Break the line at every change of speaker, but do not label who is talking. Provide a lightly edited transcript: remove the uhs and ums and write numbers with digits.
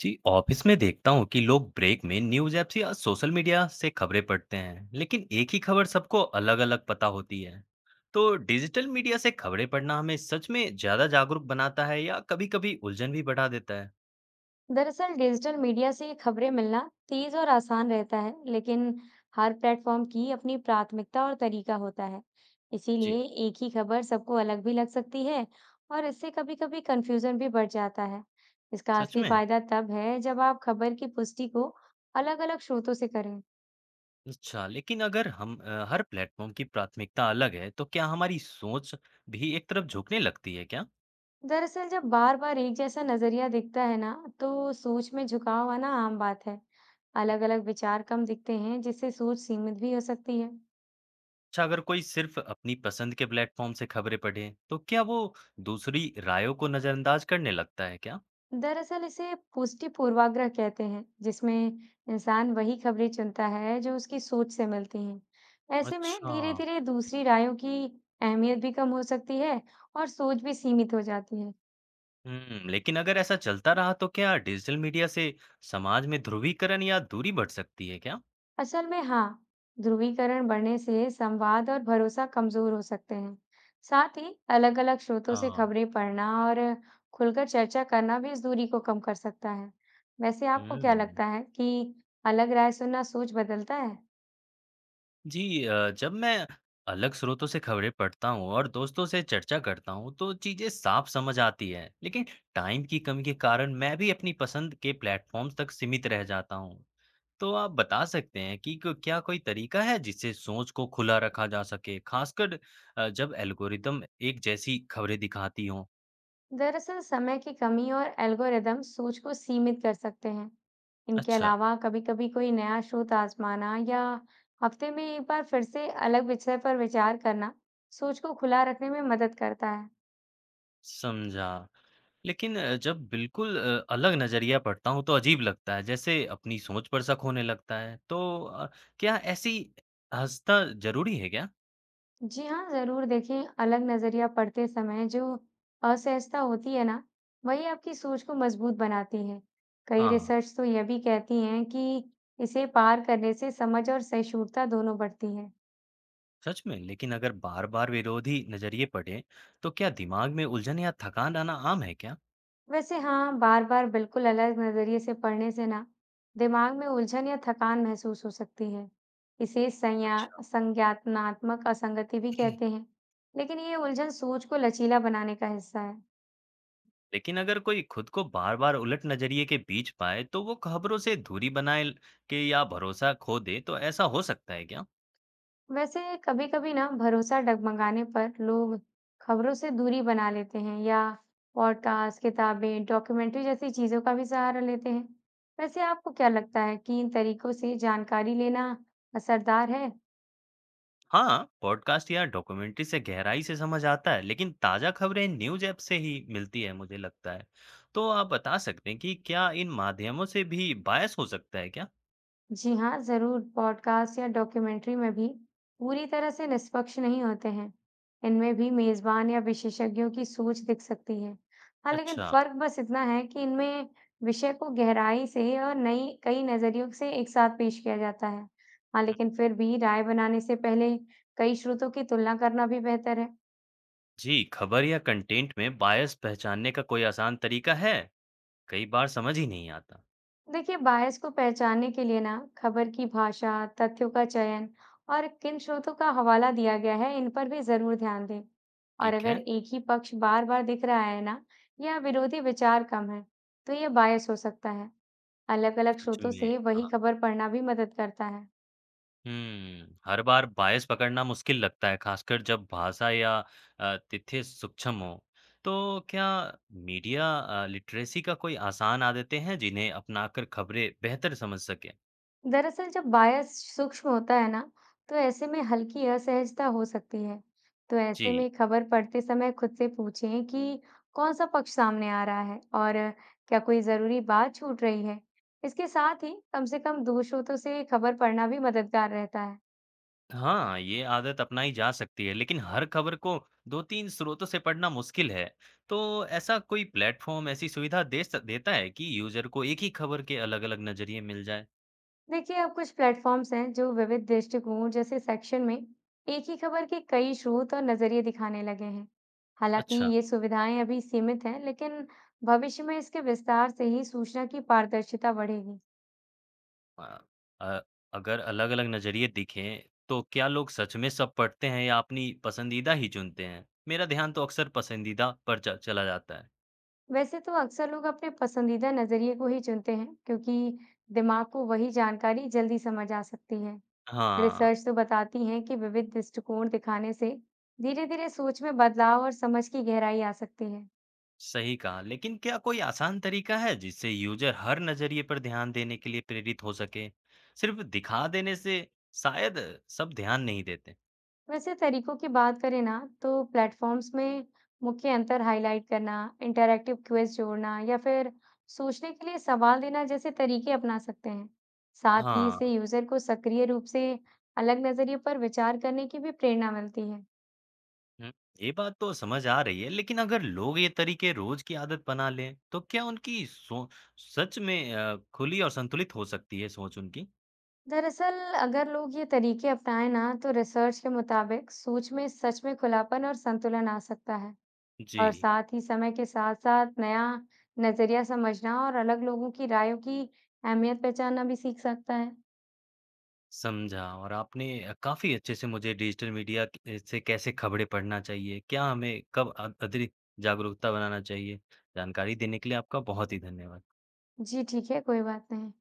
जी office में देखता हूँ कि लोग ब्रेक में न्यूज़ ऐप्स या सोशल मीडिया से खबरें पढ़ते हैं, लेकिन एक ही खबर सबको अलग-अलग पता होती है। तो डिजिटल मीडिया से खबरें पढ़ना हमें सच में ज़्यादा जागरूक बनाता है या कभी-कभी उलझन भी बढ़ा देता है?
दरअसल डिजिटल मीडिया से खबरें मिलना तेज और आसान रहता है, लेकिन हर प्लेटफॉर्म की अपनी प्राथमिकता और तरीका होता है।
जी।
इसीलिए एक ही खबर सबको अलग भी लग सकती है और इससे कभी-कभी कंफ्यूजन भी बढ़ जाता है। इसका
सच
असली
में।
फायदा तब है जब आप खबर की पुष्टि को अलग-अलग स्रोतों से करें।
अच्छा, लेकिन अगर हम हर प्लेटफॉर्म की प्राथमिकता अलग है तो क्या हमारी सोच भी एक तरफ झुकने लगती है क्या?
दरअसल जब बार-बार एक जैसा नजरिया दिखता है ना, तो सोच में झुकाव आना आम बात है। अलग-अलग विचार कम दिखते हैं, जिससे सोच सीमित भी हो सकती है।
अच्छा, अगर कोई सिर्फ अपनी पसंद के प्लेटफॉर्म से खबरें पढ़े तो क्या वो दूसरी रायों को नज़रअंदाज करने लगता है क्या?
दरअसल इसे पुष्टि पूर्वाग्रह कहते हैं, जिसमें इंसान वही खबरें चुनता है जो उसकी सोच से मिलती हैं। ऐसे में
अच्छा।
धीरे धीरे दूसरी रायों की अहमियत भी कम हो सकती है और सोच भी सीमित हो जाती है।
हुँ, लेकिन अगर ऐसा चलता रहा तो क्या डिजिटल मीडिया से समाज में ध्रुवीकरण या दूरी बढ़ सकती है क्या?
असल में हाँ, ध्रुवीकरण बढ़ने से संवाद और भरोसा कमजोर हो सकते हैं। साथ ही अलग-अलग स्रोतों से
हाँ।
खबरें पढ़ना और खुलकर चर्चा करना भी इस दूरी को कम कर सकता है। वैसे आपको क्या
हुँ।
लगता है कि अलग राय सुनना सोच बदलता है?
जब मैं अलग स्रोतों से खबरें पढ़ता हूँ और दोस्तों से चर्चा करता हूँ तो चीज़ें साफ समझ आती हैं। लेकिन टाइम की कमी के कारण मैं भी अपनी पसंद के प्लेटफ़ॉर्म्स तक सीमित रह जाता हूँ। तो आप बता सकते हैं कि क क्या कोई तरीका है जिससे सोच को खुला रखा जा सके, खासकर जब एल्गोरिदम एक जैसी खबरें दिखाती हों?
दरअसल समय की कमी और एल्गोरिदम सोच को सीमित कर सकते हैं। इनके
अच्छा,
अलावा कभी-कभी कोई नया शोध आजमाना या हफ्ते में एक बार फिर से अलग विषय पर विचार करना सोच को खुला रखने में मदद करता है।
समझा। लेकिन जब बिल्कुल अलग नज़रिया पढ़ता हूँ तो अजीब लगता है, जैसे अपनी सोच पर शक होने लगता है। तो अ, क्या ऐसी हँसना ज़रूरी है क्या?
जी हाँ, जरूर देखें। अलग नजरिया पढ़ते समय जो असहजता होती है ना, वही आपकी सोच को मजबूत बनाती है। कई
हाँ,
रिसर्च तो यह भी कहती हैं कि इसे पार करने से समझ और सहिष्णुता दोनों बढ़ती है।
सच में, लेकिन अगर बार-बार विरोधी नज़रिए पढ़ें, तो क्या दिमाग में उलझन या थकान आना आम है क्या?
वैसे हाँ, बार-बार बिल्कुल अलग नजरिए से पढ़ने से ना दिमाग में उलझन या थकान महसूस हो सकती है। इसे
अच्छा,
संज्ञानात्मक असंगति भी कहते हैं, लेकिन ये उलझन सोच को लचीला बनाने का हिस्सा है।
लेकिन अगर कोई खुद को बार-बार उलट नज़रिए के बीच पाए, तो वो खबरों से दूरी बनाए ल के या भरोसा खो दे, तो ऐसा हो सकता है क्या?
वैसे कभी-कभी ना भरोसा डगमगाने पर लोग खबरों से दूरी बना लेते हैं या पॉडकास्ट, किताबें, डॉक्यूमेंट्री जैसी चीजों का भी सहारा लेते हैं। वैसे आपको क्या लगता है कि इन तरीकों से जानकारी लेना असरदार है?
हाँ, पॉडकास्ट या डॉक्यूमेंट्री से गहराई से समझ आता है, लेकिन ताज़ा खबरें न्यूज़ ऐप से ही मिलती है मुझे लगता है। तो आप बता सकते हैं कि क्या इन माध्यमों से भी बायस हो सकता है क्या?
जी हाँ, ज़रूर। पॉडकास्ट या डॉक्यूमेंट्री में भी पूरी तरह से निष्पक्ष नहीं होते हैं। इनमें भी मेज़बान या विशेषज्ञों की सोच दिख सकती है। हाँ, लेकिन
अच्छा।
फ़र्क बस इतना है कि इनमें विषय को गहराई से और नई कई नज़रियों से एक साथ पेश किया जाता है। हाँ, लेकिन फिर भी राय बनाने से पहले कई स्रोतों की तुलना करना भी बेहतर है।
जी, खबर या कंटेंट में बायस पहचानने का कोई आसान तरीका है? कई बार समझ ही नहीं आता।
देखिए, बायस को पहचानने के लिए ना खबर की भाषा, तथ्यों का चयन और किन स्रोतों का हवाला दिया गया है, इन पर भी जरूर ध्यान दें। और
ठीक
अगर
है।
एक ही पक्ष बार-बार दिख रहा है ना, या विरोधी विचार कम है, तो ये बायस हो सकता है। अलग-अलग
सच
स्रोतों
में।
से वही खबर पढ़ना भी मदद करता है।
हुँ, हर बार बायस पकड़ना मुश्किल लगता है, खासकर जब भाषा या तथ्य सूक्ष्म हों। तो क्या मीडिया लिटरेसी का कोई आसान आदतें हैं, जिन्हें अपनाकर खबरें बेहतर समझ सकें?
दरअसल जब बायस सूक्ष्म होता है ना, तो ऐसे में हल्की असहजता हो सकती है। तो ऐसे
जी।
में खबर पढ़ते समय खुद से पूछें कि कौन सा पक्ष सामने आ रहा है और क्या कोई जरूरी बात छूट रही है। इसके साथ ही कम से कम दो स्रोतों से खबर पढ़ना भी मददगार रहता है।
हाँ, ये आदत अपनाई जा सकती है, लेकिन हर खबर को 2-3 स्रोतों से पढ़ना मुश्किल है। तो ऐसा कोई प्लेटफ़ॉर्म ऐसी सुविधा दे स देता है कि यूज़र को एक ही खबर के अलग-अलग नज़रिए मिल जाएँ?
देखिए, अब कुछ प्लेटफॉर्म्स हैं जो विविध दृष्टिकोण जैसे सेक्शन में एक ही खबर के कई स्रोत और नजरिए दिखाने लगे हैं। हालांकि
अच्छा।
ये सुविधाएं अभी सीमित हैं, लेकिन भविष्य में इसके विस्तार से ही सूचना की पारदर्शिता बढ़ेगी।
हाँ, अ, अगर अलग-अलग नज़रिए दिखें, तो क्या लोग सच में सब पढ़ते हैं या अपनी पसंदीदा ही चुनते हैं? मेरा ध्यान तो अक्सर पसंदीदा पर च चला जाता है।
वैसे तो अक्सर लोग अपने पसंदीदा नजरिए को ही चुनते हैं, क्योंकि दिमाग को वही जानकारी जल्दी समझ आ सकती है।
हाँ,
रिसर्च तो बताती है कि विविध दृष्टिकोण दिखाने से धीरे धीरे सोच में बदलाव और समझ की गहराई आ सकती है।
सही कहा, लेकिन क्या कोई आसान तरीका है जिससे यूज़र हर नज़रिए पर ध्यान देने के लिए प्रेरित हो सके? सिर्फ दिखा देने से शायद सब ध्यान नहीं देते।
वैसे तरीकों की बात करें ना, तो प्लेटफॉर्म्स में मुख्य अंतर हाईलाइट करना, इंटरैक्टिव क्विज जोड़ना या फिर सोचने के लिए सवाल देना जैसे तरीके अपना सकते हैं। साथ ही
हाँ।
इससे यूजर को सक्रिय रूप से अलग नजरिए पर विचार करने की भी प्रेरणा मिलती है।
हुँ, ये बात तो समझ आ रही है, लेकिन अगर लोग ये तरीके रोज़ की आदत बना लें, तो क्या उनकी सोच सच में खुली और संतुलित हो सकती है सोच उनकी?
दरअसल अगर लोग ये तरीके अपनाएं ना, तो रिसर्च के मुताबिक सोच में सच में खुलापन और संतुलन आ सकता है। और
जी,
साथ ही समय के साथ-साथ नया नज़रिया समझना और अलग लोगों की रायों की अहमियत पहचानना भी सीख सकता है।
समझा। और आपने काफ़ी अच्छे से मुझे डिजिटल मीडिया क से कैसे खबरें पढ़ना चाहिए, क्या हमें कब अतिरिक्त जागरूकता बनाना चाहिए, जानकारी देने के लिए आपका बहुत ही धन्यवाद।
जी ठीक है, कोई बात नहीं।